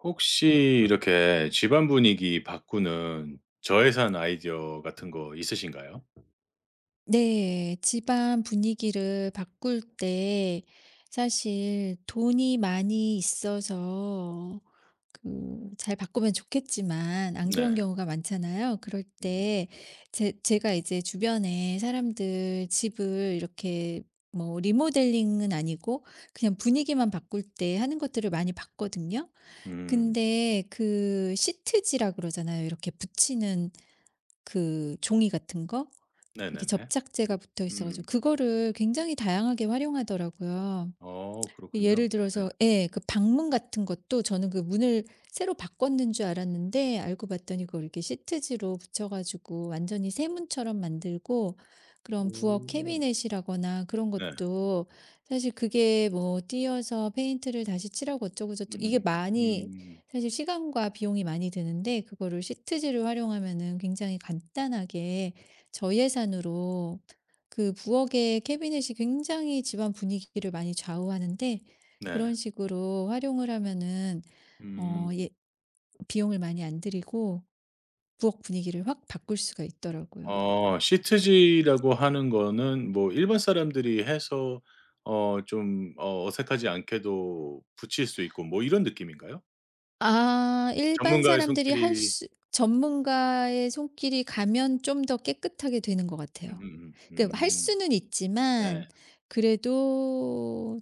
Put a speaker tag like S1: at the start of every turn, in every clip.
S1: 혹시 이렇게 집안 분위기 바꾸는 저예산 아이디어 같은 거 있으신가요?
S2: 네. 집안 분위기를 바꿀 때 사실 돈이 많이 있어서 그 잘 바꾸면 좋겠지만 안 그런
S1: 네.
S2: 경우가 많잖아요. 그럴
S1: 음.
S2: 때 제 제가 이제 주변에 사람들 집을 이렇게 뭐 리모델링은 아니고 그냥 분위기만 바꿀 때 하는 것들을 많이 봤거든요.
S1: 음.
S2: 근데 그 시트지라 그러잖아요. 이렇게 붙이는 그 종이 같은 거. 이렇게
S1: 네네네.
S2: 접착제가 붙어 있어 가지고
S1: 음.
S2: 그거를 굉장히 다양하게 활용하더라고요.
S1: 어 그렇군요.
S2: 예를
S1: 네.
S2: 들어서 예. 그 방문 같은 것도 저는 그 문을 새로 바꿨는 줄 알았는데 알고 봤더니 그걸 이렇게 시트지로 붙여 가지고 완전히 새 문처럼 만들고 그런 부엌
S1: 오.
S2: 캐비넷이라거나 그런
S1: 네.
S2: 것도 사실 그게 뭐 띄어서 페인트를 다시 칠하고 어쩌고 저쩌고 이게
S1: 음음.
S2: 많이
S1: 음.
S2: 사실 시간과 비용이 많이 드는데 그거를 시트지를 활용하면은 굉장히 간단하게 저예산으로 그 부엌의 캐비넷이 굉장히 집안 분위기를 많이 좌우하는데
S1: 네.
S2: 그런 식으로 활용을 하면은
S1: 음.
S2: 예, 비용을 많이 안 들이고 부엌 분위기를 확 바꿀 수가 있더라고요.
S1: 어 시트지라고 하는 거는 뭐 일반 사람들이 해서 어 좀 어 어색하지 않게도 붙일 수 있고 뭐 이런 느낌인가요?
S2: 아, 일반
S1: 전문가의
S2: 사람들이 할
S1: 손길이.
S2: 수, 전문가의 손길이 가면 좀 더 깨끗하게 되는 것 같아요.
S1: 음. 음.
S2: 할
S1: 음.
S2: 수는 있지만
S1: 네.
S2: 그래도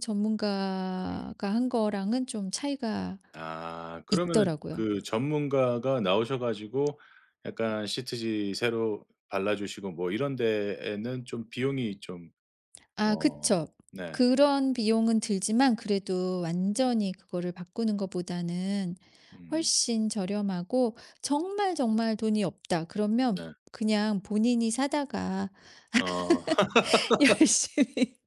S1: 음.
S2: 전문가가 한 거랑은 좀 차이가
S1: 아 그러면은
S2: 있더라고요.
S1: 그 전문가가 나오셔 가지고 약간 시트지 새로 발라 주시고 뭐 이런 데에는 좀 비용이 좀.
S2: 아
S1: 어
S2: 그쵸.
S1: 네.
S2: 그런 비용은 들지만 그래도 완전히 그거를 바꾸는 것보다는
S1: 음
S2: 훨씬 저렴하고 정말 정말 돈이 없다 그러면
S1: 네.
S2: 그냥 본인이 사다가
S1: 어
S2: 열심히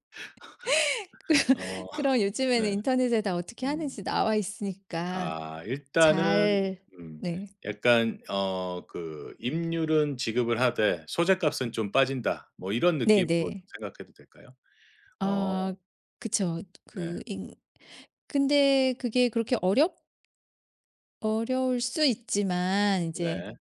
S1: 어
S2: 그런 요즘에는
S1: 네.
S2: 인터넷에 다 어떻게
S1: 음.
S2: 하는지 나와 있으니까
S1: 아 일단은.
S2: 잘.
S1: 음.
S2: 네.
S1: 약간 어 그 '임률은 지급을 하되 소재값은 좀 빠진다.' 뭐 이런 느낌으로 좀
S2: 네네.
S1: 생각해도 될까요? 어
S2: 아 그쵸.
S1: 네.
S2: 인- 근데 그게 그렇게 어렵 어려울 수 있지만 이제
S1: 네.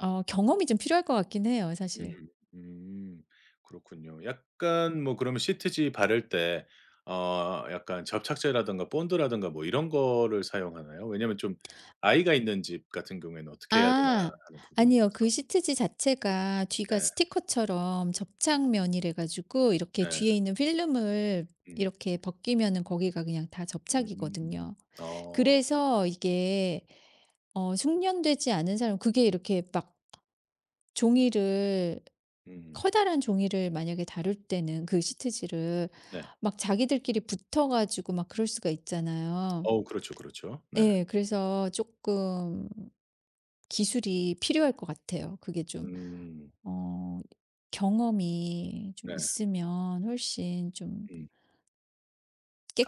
S2: 경험이 좀 필요할 것 같긴 해요, 사실.
S1: 음. 음. 그렇군요. 약간 뭐 그러면 시트지 바를 때 어 약간 접착제라든가 본드라든가 뭐 이런 거를 사용하나요? 왜냐면 좀 아이가 있는 집 같은 경우에는 어떻게 해야 되나
S2: 아.
S1: 하는 부분이
S2: 아니요.
S1: 있어서.
S2: 그 시트지 자체가 뒤가
S1: 네.
S2: 스티커처럼 접착면이래 가지고 이렇게
S1: 네.
S2: 뒤에 있는 필름을
S1: 음.
S2: 이렇게 벗기면은 거기가 그냥 다
S1: 음.
S2: 접착이거든요.
S1: 어.
S2: 그래서 이게 숙련되지 않은 사람 그게 이렇게 막 종이를
S1: 음.
S2: 커다란 종이를 만약에 다룰 때는 그 시트지를
S1: 네.
S2: 막 자기들끼리 붙어 가지고 막 그럴 수가 있잖아요.
S1: 어우 그렇죠, 그렇죠. 네.
S2: 예. 그래서 쪼끔 기술이 필요할 것 같아요. 그게 좀.
S1: 음.
S2: 어 경험이 좀
S1: 네.
S2: 있으면 훨씬 좀
S1: 음.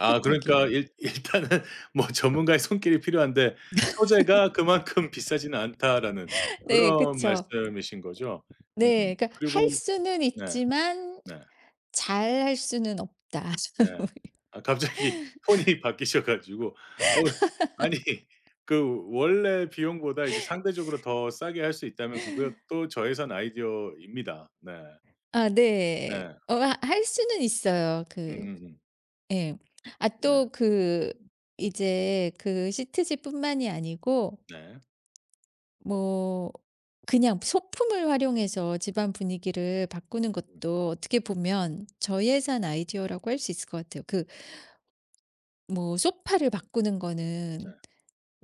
S1: 아 그러니까 일 일단은 뭐 전문가의 손길이 필요한데 소재가 그만큼 비싸지는 않다라는
S2: 네
S1: 그런
S2: 그쵸.
S1: 말씀이신 거죠? 음.
S2: 네. 그러니까 할
S1: 그리고
S2: 수는
S1: 네.
S2: 있지만
S1: 네.
S2: 잘 할 수는 없다.
S1: 네. 아 갑자기 톤이 바뀌셔 가지고 어우, 아니 그 원래 비용보다 이제 상대적으로 더 싸게 할 수 있다면 그것도 저예산 아이디어입니다. 네.
S2: 아 네.
S1: 네.
S2: 어 하 할 수는 있어요.
S1: 음음음.
S2: 예. 아
S1: 네.
S2: 또 이제 그 시트지뿐만이 아니고
S1: 네.
S2: 뭐 그냥 소품을 활용해서 집안 분위기를 바꾸는
S1: 음
S2: 것도 어떻게 보면 저예산 아이디어라고 할 수 있을 것 같아요. 뭐 소파를 바꾸는
S1: 네.
S2: 거는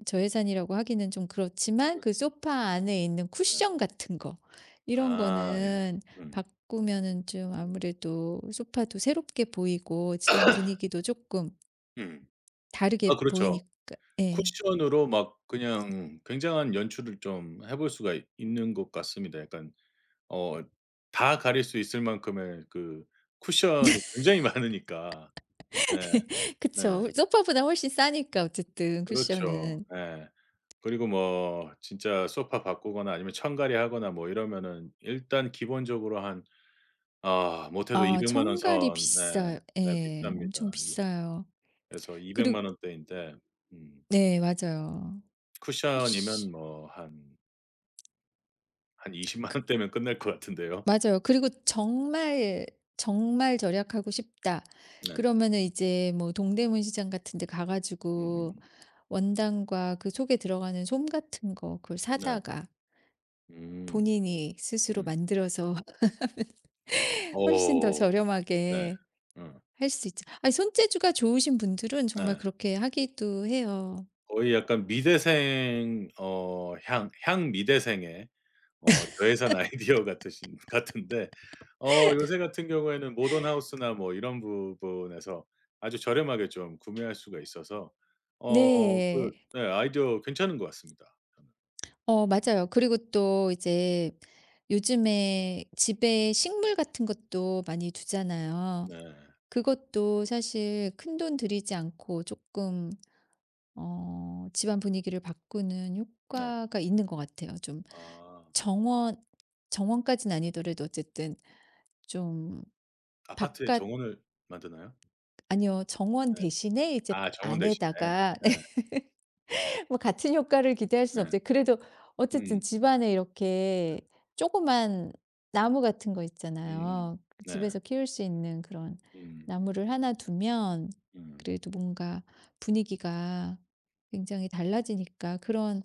S2: 저예산이라고 하기는 좀 그렇지만 그
S1: 그렇죠.
S2: 소파 안에 있는
S1: 네.
S2: 쿠션 같은 거 이런
S1: 아 예.
S2: 거는
S1: 음.
S2: 바꾸면은 좀
S1: 음.
S2: 아무래도 소파도 새롭게 보이고 집안 분위기도 조금
S1: 음.
S2: 다르게
S1: 아 그렇죠.
S2: 보이니까 예.
S1: 쿠션으로 막 그냥 굉장한 연출을 좀 해볼 수가 있는 것 같습니다. 약간 어 다 가릴 수 있을 만큼의 그 쿠션이 굉장히 많으니까. 네. 네.
S2: 그쵸. 소파보다 훨씬 싸니까 어쨌든
S1: 그렇죠.
S2: 쿠션은.
S1: 네. 그리고 뭐 진짜 소파 바꾸거나 아니면 천갈이 하거나 뭐 이러면은 일단 기본적으로 한, 아 못해도
S2: 아
S1: 2 0 0원
S2: 정갈이
S1: 선 네.
S2: 비싸요.
S1: 네
S2: 예.
S1: 비쌉니다.
S2: 엄청
S1: 예.
S2: 비싸요.
S1: 그래서 2 0
S2: 그리고.
S1: 0 원대인데 음
S2: 네 맞아요. 그 시
S1: 쿠션이면 뭐한 한 2 0만 원대면 끝날 것 같은데요.
S2: 맞아요. 그리고 정말, 정말 절약하고 싶다
S1: 네.
S2: 그러면은 이제 뭐 동대문 시장 같은 데 가
S1: 음음음.
S2: 가지고 원단과 그 속에 들어가는 솜 같은 거 그걸
S1: 네.
S2: 사다가
S1: 음.
S2: 본인이 스스로
S1: 음.
S2: 만들어서 훨씬 더
S1: 어. 네.
S2: 저렴하게
S1: 음.
S2: 할 수 있죠. 아니 손재주가 좋으신 분들은 정말
S1: 네.
S2: 그렇게 하기도 해요.
S1: 거의 약간 미대생, 어 향 향미대생의 어 저예산 아이디어 같으신 같은데 어 요새 같은 경우에는 모던 하우스나 뭐 이런 부분에서 아주 저렴하게 좀 구매할 수가 있어서 어 그
S2: 네.
S1: 네 아이디어 괜찮은 것 같습니다 저는.
S2: 맞아요. 그리고 또 이제 요즘에 집에 식물 같은 것도 많이 두잖아요.
S1: 네.
S2: 그것도 사실 큰돈 들이지 않고 조금 집안 분위기를 바꾸는
S1: 네.
S2: 효과가 있는 것 같아요. 좀
S1: 아
S2: 정원 정원까지는 아니더라도 어쨌든 좀
S1: 아파트에
S2: 바깥
S1: 정원을 만드나요?
S2: 아니요, 정원
S1: 네.
S2: 대신에 이제
S1: 아 정원 대신에.
S2: 안에다가
S1: 네.
S2: 뭐 같은 효과를 기대할 수는
S1: 네.
S2: 없죠. 그래도 어쨌든
S1: 음.
S2: 집안에 이렇게 조그만 나무 같은 거
S1: 음음.
S2: 있잖아요. 그
S1: 네.
S2: 집에서 키울 수 있는 그런
S1: 음.
S2: 나무를 하나 두면
S1: 음.
S2: 그래도 뭔가 분위기가 굉장히 달라지니까 그런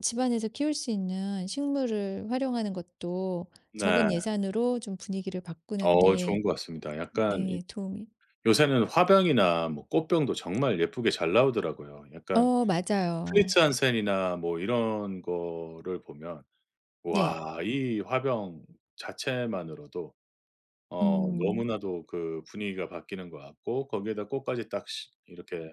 S2: 집안에서 키울 수 있는 식물을 활용하는 것도
S1: 네.
S2: 적은 예산으로 좀 분위기를
S1: 어
S2: 바꾸는데
S1: 좋은 것 같습니다. 약간 이
S2: 네, 도움이.
S1: 요새는 화병이나 뭐 꽃병도 정말 예쁘게 잘 나오더라고요. 약간
S2: 맞아요.
S1: 프리츠 한센이나 뭐 이런 거를 보면
S2: 네.
S1: 와 이 화병 자체만으로도 어
S2: 음.
S1: 너무나도 그 분위기가 바뀌는 것 같고 거기에다 꽃까지 딱 시 이렇게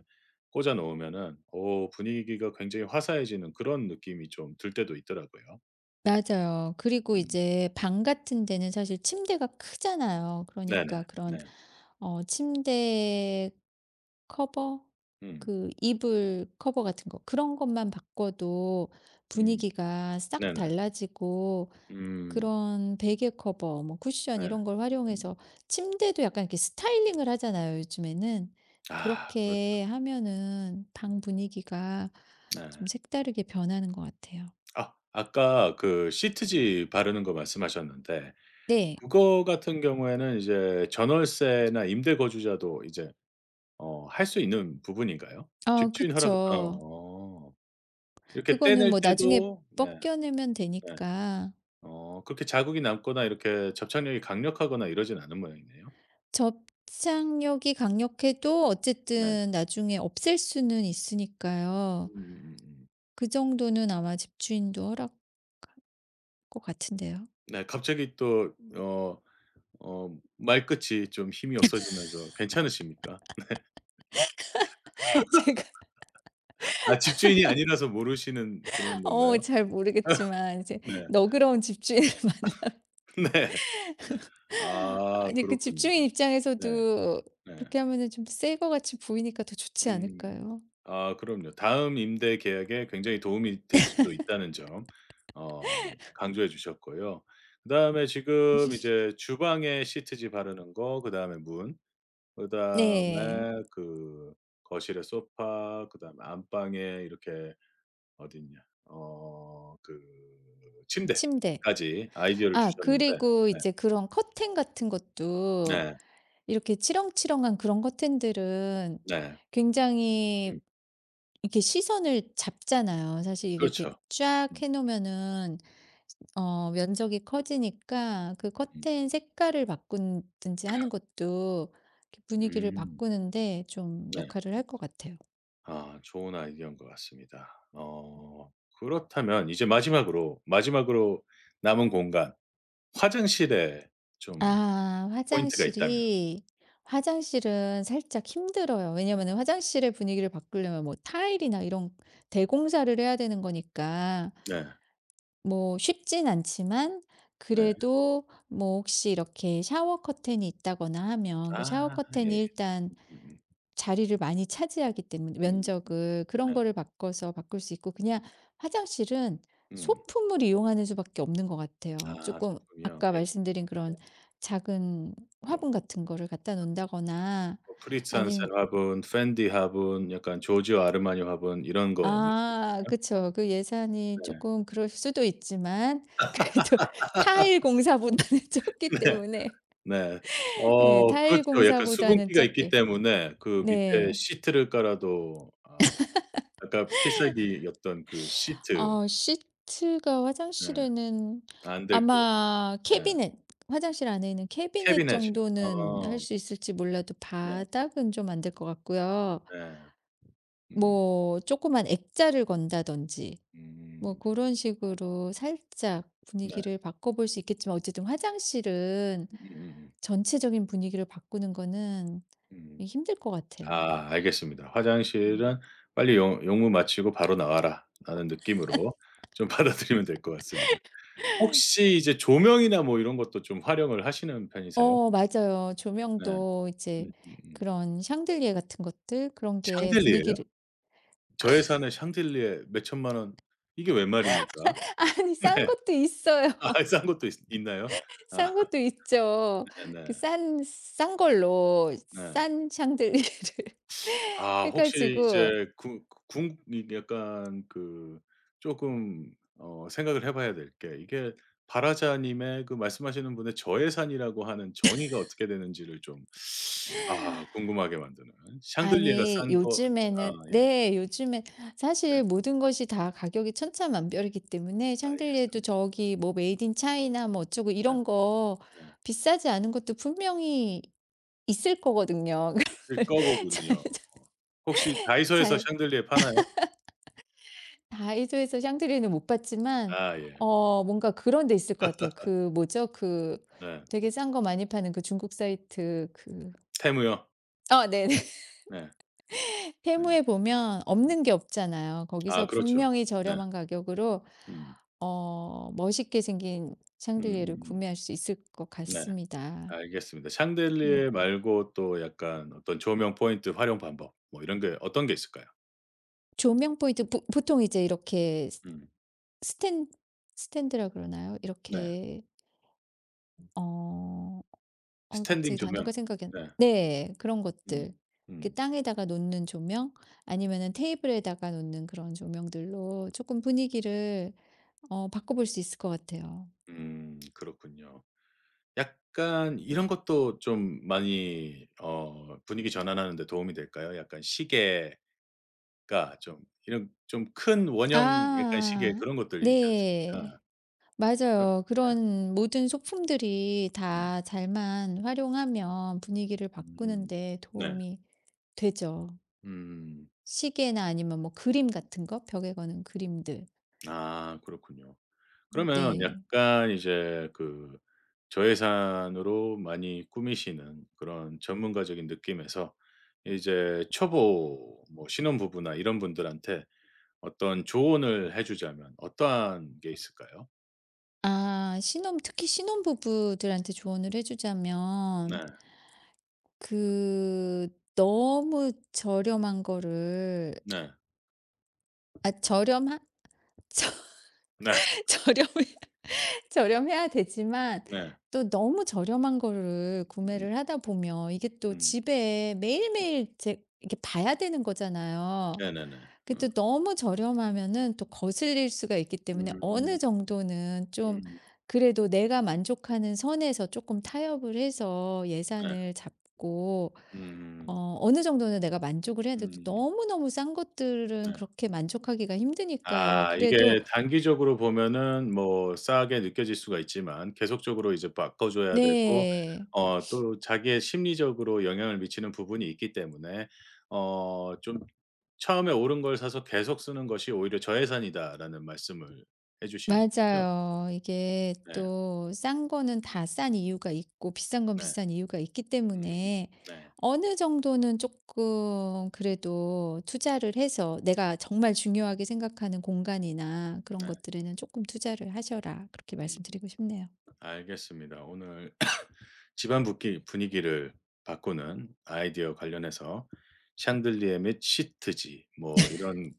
S1: 꽂아 놓으면은 어 분위기가 굉장히 화사해지는 그런 느낌이 좀 들 때도 있더라고요.
S2: 맞아요. 그리고
S1: 음.
S2: 이제 방 같은 데는 사실 침대가 크잖아요. 그러니까
S1: 네네.
S2: 그런
S1: 네.
S2: 침대 커버
S1: 음.
S2: 이불 커버 같은 거 그런 것만 바꿔도
S1: 음.
S2: 분위기가 싹
S1: 네네.
S2: 달라지고
S1: 음.
S2: 그런 베개 커버 뭐 쿠션
S1: 네.
S2: 이런 걸
S1: 음.
S2: 활용해서 침대도 약간 이렇게 스타일링을 하잖아요, 요즘에는.
S1: 아 그렇죠.
S2: 그렇게 하면은 방 분위기가
S1: 네.
S2: 좀 색다르게 변하는 것 같아요.
S1: 아 아까 그 시트지 바르는 거 말씀하셨는데
S2: 네.
S1: 그거 같은 경우에는 이제 전월세나 임대 거주자도 이제 어 할 수 있는 부분인가요?
S2: 아
S1: 집주인 허락 어.
S2: 그쵸.
S1: 어. 이렇게
S2: 그거는
S1: 떼낼
S2: 뭐 나중에
S1: 때도 네.
S2: 벗겨내면
S1: 네.
S2: 되니까.
S1: 어 그렇게 자국이 남거나 이렇게 접착력이 강력하거나 이러진 않은 모양이네요.
S2: 접착력이 강력해도
S1: 네.
S2: 어쨌든 나중에 없앨 수는 있으니까요.
S1: 음음음음.
S2: 그 정도는 아마 집주인도 허락 것 같은데요.
S1: 네. 갑자기 또어 어 말끝이 좀 힘이 없어지면서 괜찮으십니까?
S2: 제가
S1: 아 집주인이 아니라서 모르시는 그런 건가요?
S2: 잘 모르겠지만 이제
S1: 네.
S2: 너그러운 집주인을
S1: 네.
S2: 만나
S1: 아
S2: 아니, 그
S1: 그렇군요.
S2: 집주인
S1: 네.
S2: 입장에서도
S1: 네.
S2: 그렇게 하면은 좀 새 거 같이 보이니까 더 좋지
S1: 음.
S2: 않을까요?
S1: 아 그럼요. 다음 임대 계약에 굉장히 도움이 될 수도 있다는 점 어 강조해 주셨고요. 그다음에 지금 이제 주방에 시트지 바르는 거, 그다음에 문,
S2: 네.
S1: 그다음에 그 거실에 소파, 그다음에 안방에 이렇게 어딨냐. 어 그
S2: 침대.
S1: 침대까지 아이디어를
S2: 아
S1: 주셨는데
S2: 그리고
S1: 네.
S2: 이제 그런 커튼 같은 것도
S1: 네.
S2: 이렇게 치렁치렁한 그런 커튼들은
S1: 네.
S2: 굉장히
S1: 음.
S2: 이렇게 시선을 잡잖아요. 사실 이게 이렇게
S1: 그렇죠.
S2: 쫙
S1: 음
S2: 해 놓으면은 면적이 커지니까 그
S1: 음.
S2: 커튼 색깔을 바꾼든지 하는 것도 이렇게 분위기를
S1: 음
S2: 바꾸는데 좀
S1: 네.
S2: 역할을 할 것 같아요.
S1: 아 좋은 아이디어인 것 같습니다. 어 그렇다면 이제 마지막으로, 마지막으로 남은 공간 화장실에 좀
S2: 아
S1: 포인트가 있다면.
S2: 화장실이 화장실은 살짝 힘들어요. 왜냐면은 화장실의 분위기를 바꾸려면 뭐 타일이나 이런 대공사를 해야 되는 거니까
S1: 네.
S2: 뭐 쉽진 않지만
S1: 네.
S2: 그래도 뭐 혹시 이렇게 샤워 커튼이 있다거나 하면 그 샤워
S1: 아 예예.
S2: 커튼이 일단
S1: 음음.
S2: 자리를 많이 차지하기 때문에
S1: 음.
S2: 면적을 그런
S1: 네.
S2: 거를 바꿔서 바꿀 수 있고 그냥 화장실은
S1: 음.
S2: 소품을 이용하는 수밖에 없는 것 같아요.
S1: 아
S2: 조금
S1: 소품이요.
S2: 아까
S1: 예예.
S2: 말씀드린 그런 작은
S1: 뭐
S2: 화분 같은 거를 갖다 놓는다거나
S1: 뭐 프리츠
S2: 아니면.
S1: 한센 화분, 펜디 화분, 약간 조지오 아르마니 화분 이런 거
S2: 아
S1: 말씀이시나요?
S2: 그쵸. 그 예산이
S1: 네.
S2: 조금 그럴 수도 있지만 그래도 타일 공사보다는 적기
S1: 네.
S2: 때문에
S1: 네.
S2: 예,
S1: 어
S2: 타일
S1: 그렇죠. 약간
S2: 공사보다는
S1: 수분기가 있기
S2: 적게.
S1: 때문에 그 밑에
S2: 네.
S1: 시트를 깔아도 아 아까 필살기였던 그 시트.
S2: 시트가
S1: 네.
S2: 화장실에는
S1: 안 될 것.
S2: 아마
S1: 네.
S2: 캐비넷 화장실 안에 있는 캐비넷
S1: 캐비넷이요.
S2: 정도는
S1: 어.
S2: 할 수 있을지 몰라도
S1: 네.
S2: 바닥은 좀 안 될 것 같고요.
S1: 네. 음.
S2: 뭐 조그만 액자를 건다든지 뭐
S1: 음.
S2: 그런 식으로 살짝
S1: 네.
S2: 분위기를 바꿔볼 수 있겠지만 어쨌든 화장실은
S1: 음.
S2: 전체적인 분위기를 바꾸는 거는
S1: 음, 음.
S2: 힘들 것 같아요.
S1: 아 알겠습니다.
S2: 음.
S1: "화장실은 빨리 용무 마치고 바로 나와라."라는 느낌으로 좀 받아들이면 될 것 같습니다. 혹시 이제 조명이나 뭐 이런 것도 좀 활용을 하시는 편이세요?
S2: 맞아요.
S1: 네.
S2: 조명도 이제
S1: 음음음.
S2: 그런 샹들리에 같은 것들 그런 게
S1: 샹들리에요?
S2: 분위기를.
S1: 저 회사는 샹들리에 몇 천만 원, 이게 웬 말입니까?
S2: 아니 싼
S1: 네.
S2: 것도 있어요.
S1: 아 싼 것도 있 있나요? 아
S2: 싼 것도 있죠. 그
S1: 네네.
S2: 싼 걸로
S1: 네. 네.
S2: 싼 샹들리에를
S1: 아
S2: 해
S1: 혹시
S2: 가지고.
S1: 이제 구 궁 이 약간 그 쪼금 어 생각을 해 봐야 될 게 이게 발화자 님의 그 말씀하시는 분의 저예산이라고 하는 정의가 어떻게 되는지를 좀 아 궁금하게 만드는. 샹들리에가
S2: 아니
S1: 싼 거. 아
S2: 요즘에는
S1: 예.
S2: 네. 요즘에
S1: 네.
S2: 사실 모든 것이 다 가격이 천차만별이기 때문에 샹들리에도
S1: 알겠습니다.
S2: 저기 뭐 메이드 인 차이나 뭐 어쩌고
S1: 네.
S2: 이런 거
S1: 네.
S2: 비싸지 않은 것도 분명히 있을 거거든요.
S1: 일꺼
S2: 잘
S1: 보군요. 혹시 다이소에서
S2: 잘
S1: 샹들리에 파나요?
S2: 다이소에서 샹들리에는 못 봤지만
S1: 아 예.
S2: 뭔가 그런 데 있을 것 같아요. 그 뭐죠? 그
S1: 네.
S2: 되게 싼 거 많이 파는 그 중국 사이트, 그.
S1: 테무요?
S2: 네네.
S1: 네.
S2: 페
S1: 네.
S2: 무에 보면
S1: 음.
S2: 없는 게 없잖아요. 거기서
S1: 아 그렇죠.
S2: 분명히
S1: 네.
S2: 저렴한 가격으로
S1: 음.
S2: 멋있게 생긴 샹들리에를
S1: 음음음.
S2: 구매할 수 있을 것
S1: 네.
S2: 같습니다.
S1: 알겠습니다.
S2: 네.
S1: 샹들리에 말고 또 약간 어떤 조명 포인트 활용 방법 뭐 이런 게 어떤 게 있을까요?
S2: 조명 포인트 보 보통 이제 이렇게 스
S1: 음.
S2: 스탠 스탠드라 그러나요?
S1: 네.
S2: 이렇게. 어
S1: 스탠딩
S2: 갑자기
S1: 조명.
S2: 단어가 생각이 안
S1: 네.
S2: 네. 그런
S1: 음.
S2: 것들. 그
S1: 음.
S2: 땅에다가 놓는 조명 아니면은 테이블에다가 놓는 그런 조명들로 쪼끔 분위기를 바꿔 볼 수 있을 것 같아요.
S1: 음. 그렇군요. 약간 이런 것도 좀 많이 어 분위기 전환하는 데 도움이 될까요? 약간 시계가 좀 이런 좀 큰 원형 약간 시계
S2: 아.
S1: 그런 것들 있지 않습니까?
S2: 네.
S1: 그런.
S2: 맞아요.
S1: 네.
S2: 그런 모든 소품들이
S1: 음.
S2: 다 잘만 활용하면 분위기를 바꾸는
S1: 음.
S2: 데
S1: 네.
S2: 도움이 되죠.
S1: 음.
S2: 시계나 아니면 뭐 그림 같은 거? 벽에 거는 그림들.
S1: 아 그렇군요.
S2: 음.
S1: 그러면
S2: 네.
S1: 약간 이제 그 저예산으로 많이 꾸미시는 그런 전문가적인 느낌에서 이제 초보 뭐 신혼부부나 이런 분들한테 어떤 조언을 해 주자면 어떠한 게 있을까요?
S2: 아 신혼, 특히 신혼부부들한테 조언을 해 주자면
S1: 네.
S2: 그 너무 저렴한 거를.
S1: 네.
S2: 아 저렴한? 저
S1: 네.
S2: 저렴해 저렴해야 되지만
S1: 네.
S2: 또 너무 저렴한 거를
S1: 음.
S2: 구매를 하다 보면 이게 또
S1: 음.
S2: 집에 매일매일 제 이렇게 봐야 되는 거잖아요.
S1: 네네네.
S2: 그
S1: 음.
S2: 또 너무 저렴하면은 또 거슬릴 수가 있기 때문에
S1: 음.
S2: 어느 정도는 좀
S1: 음.
S2: 그래도 내가 만족하는 선에서 조금 타협을 해서
S1: 네.
S2: 예산을 잡고
S1: 음.
S2: 어느 정도는 내가 만족을 해야 돼도
S1: 음.
S2: 너무너무 싼 것들은
S1: 네.
S2: 그렇게 만족하기가 힘드니까요.
S1: 아
S2: 그래도.
S1: 이게 단기적으로 보면은 뭐 싸게 느껴질 수가 있지만 계속적으로 이제 바꿔 줘야 되고
S2: 네.
S1: 어 또 자기의 심리적으로 영향을 미치는 부분이 있기 때문에 어 좀 처음에 옳은 걸 사서 계속 쓰는 것이 오히려 저예산이다라는 말씀을 해 주시는군요.
S2: 맞아요. 이게
S1: 네.
S2: 또 싼 거는 다 싼 이유가 있고 비싼 건
S1: 네.
S2: 비싼 이유가 있기
S1: 음.
S2: 때문에
S1: 네.
S2: 어느 정도는 조금 그래도 투자를 해서 내가 정말 중요하게 생각하는 공간이나 그런
S1: 네.
S2: 것들에는 조금 투자를 하셔라." 그렇게
S1: 음.
S2: 말씀드리고 싶네요.
S1: 알겠습니다. 오늘 집안 분기 분위기를 바꾸는 아이디어 관련해서 샹들리에 및 시트지 뭐 이런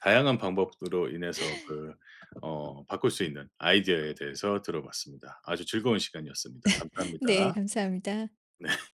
S1: 다양한 방법으로 인해서 그 어 바꿀 수 있는 아이디어에 대해서 들어봤습니다. 아주 즐거운 시간이었습니다.
S2: 네
S1: 감사합니다.
S2: 감사합니다.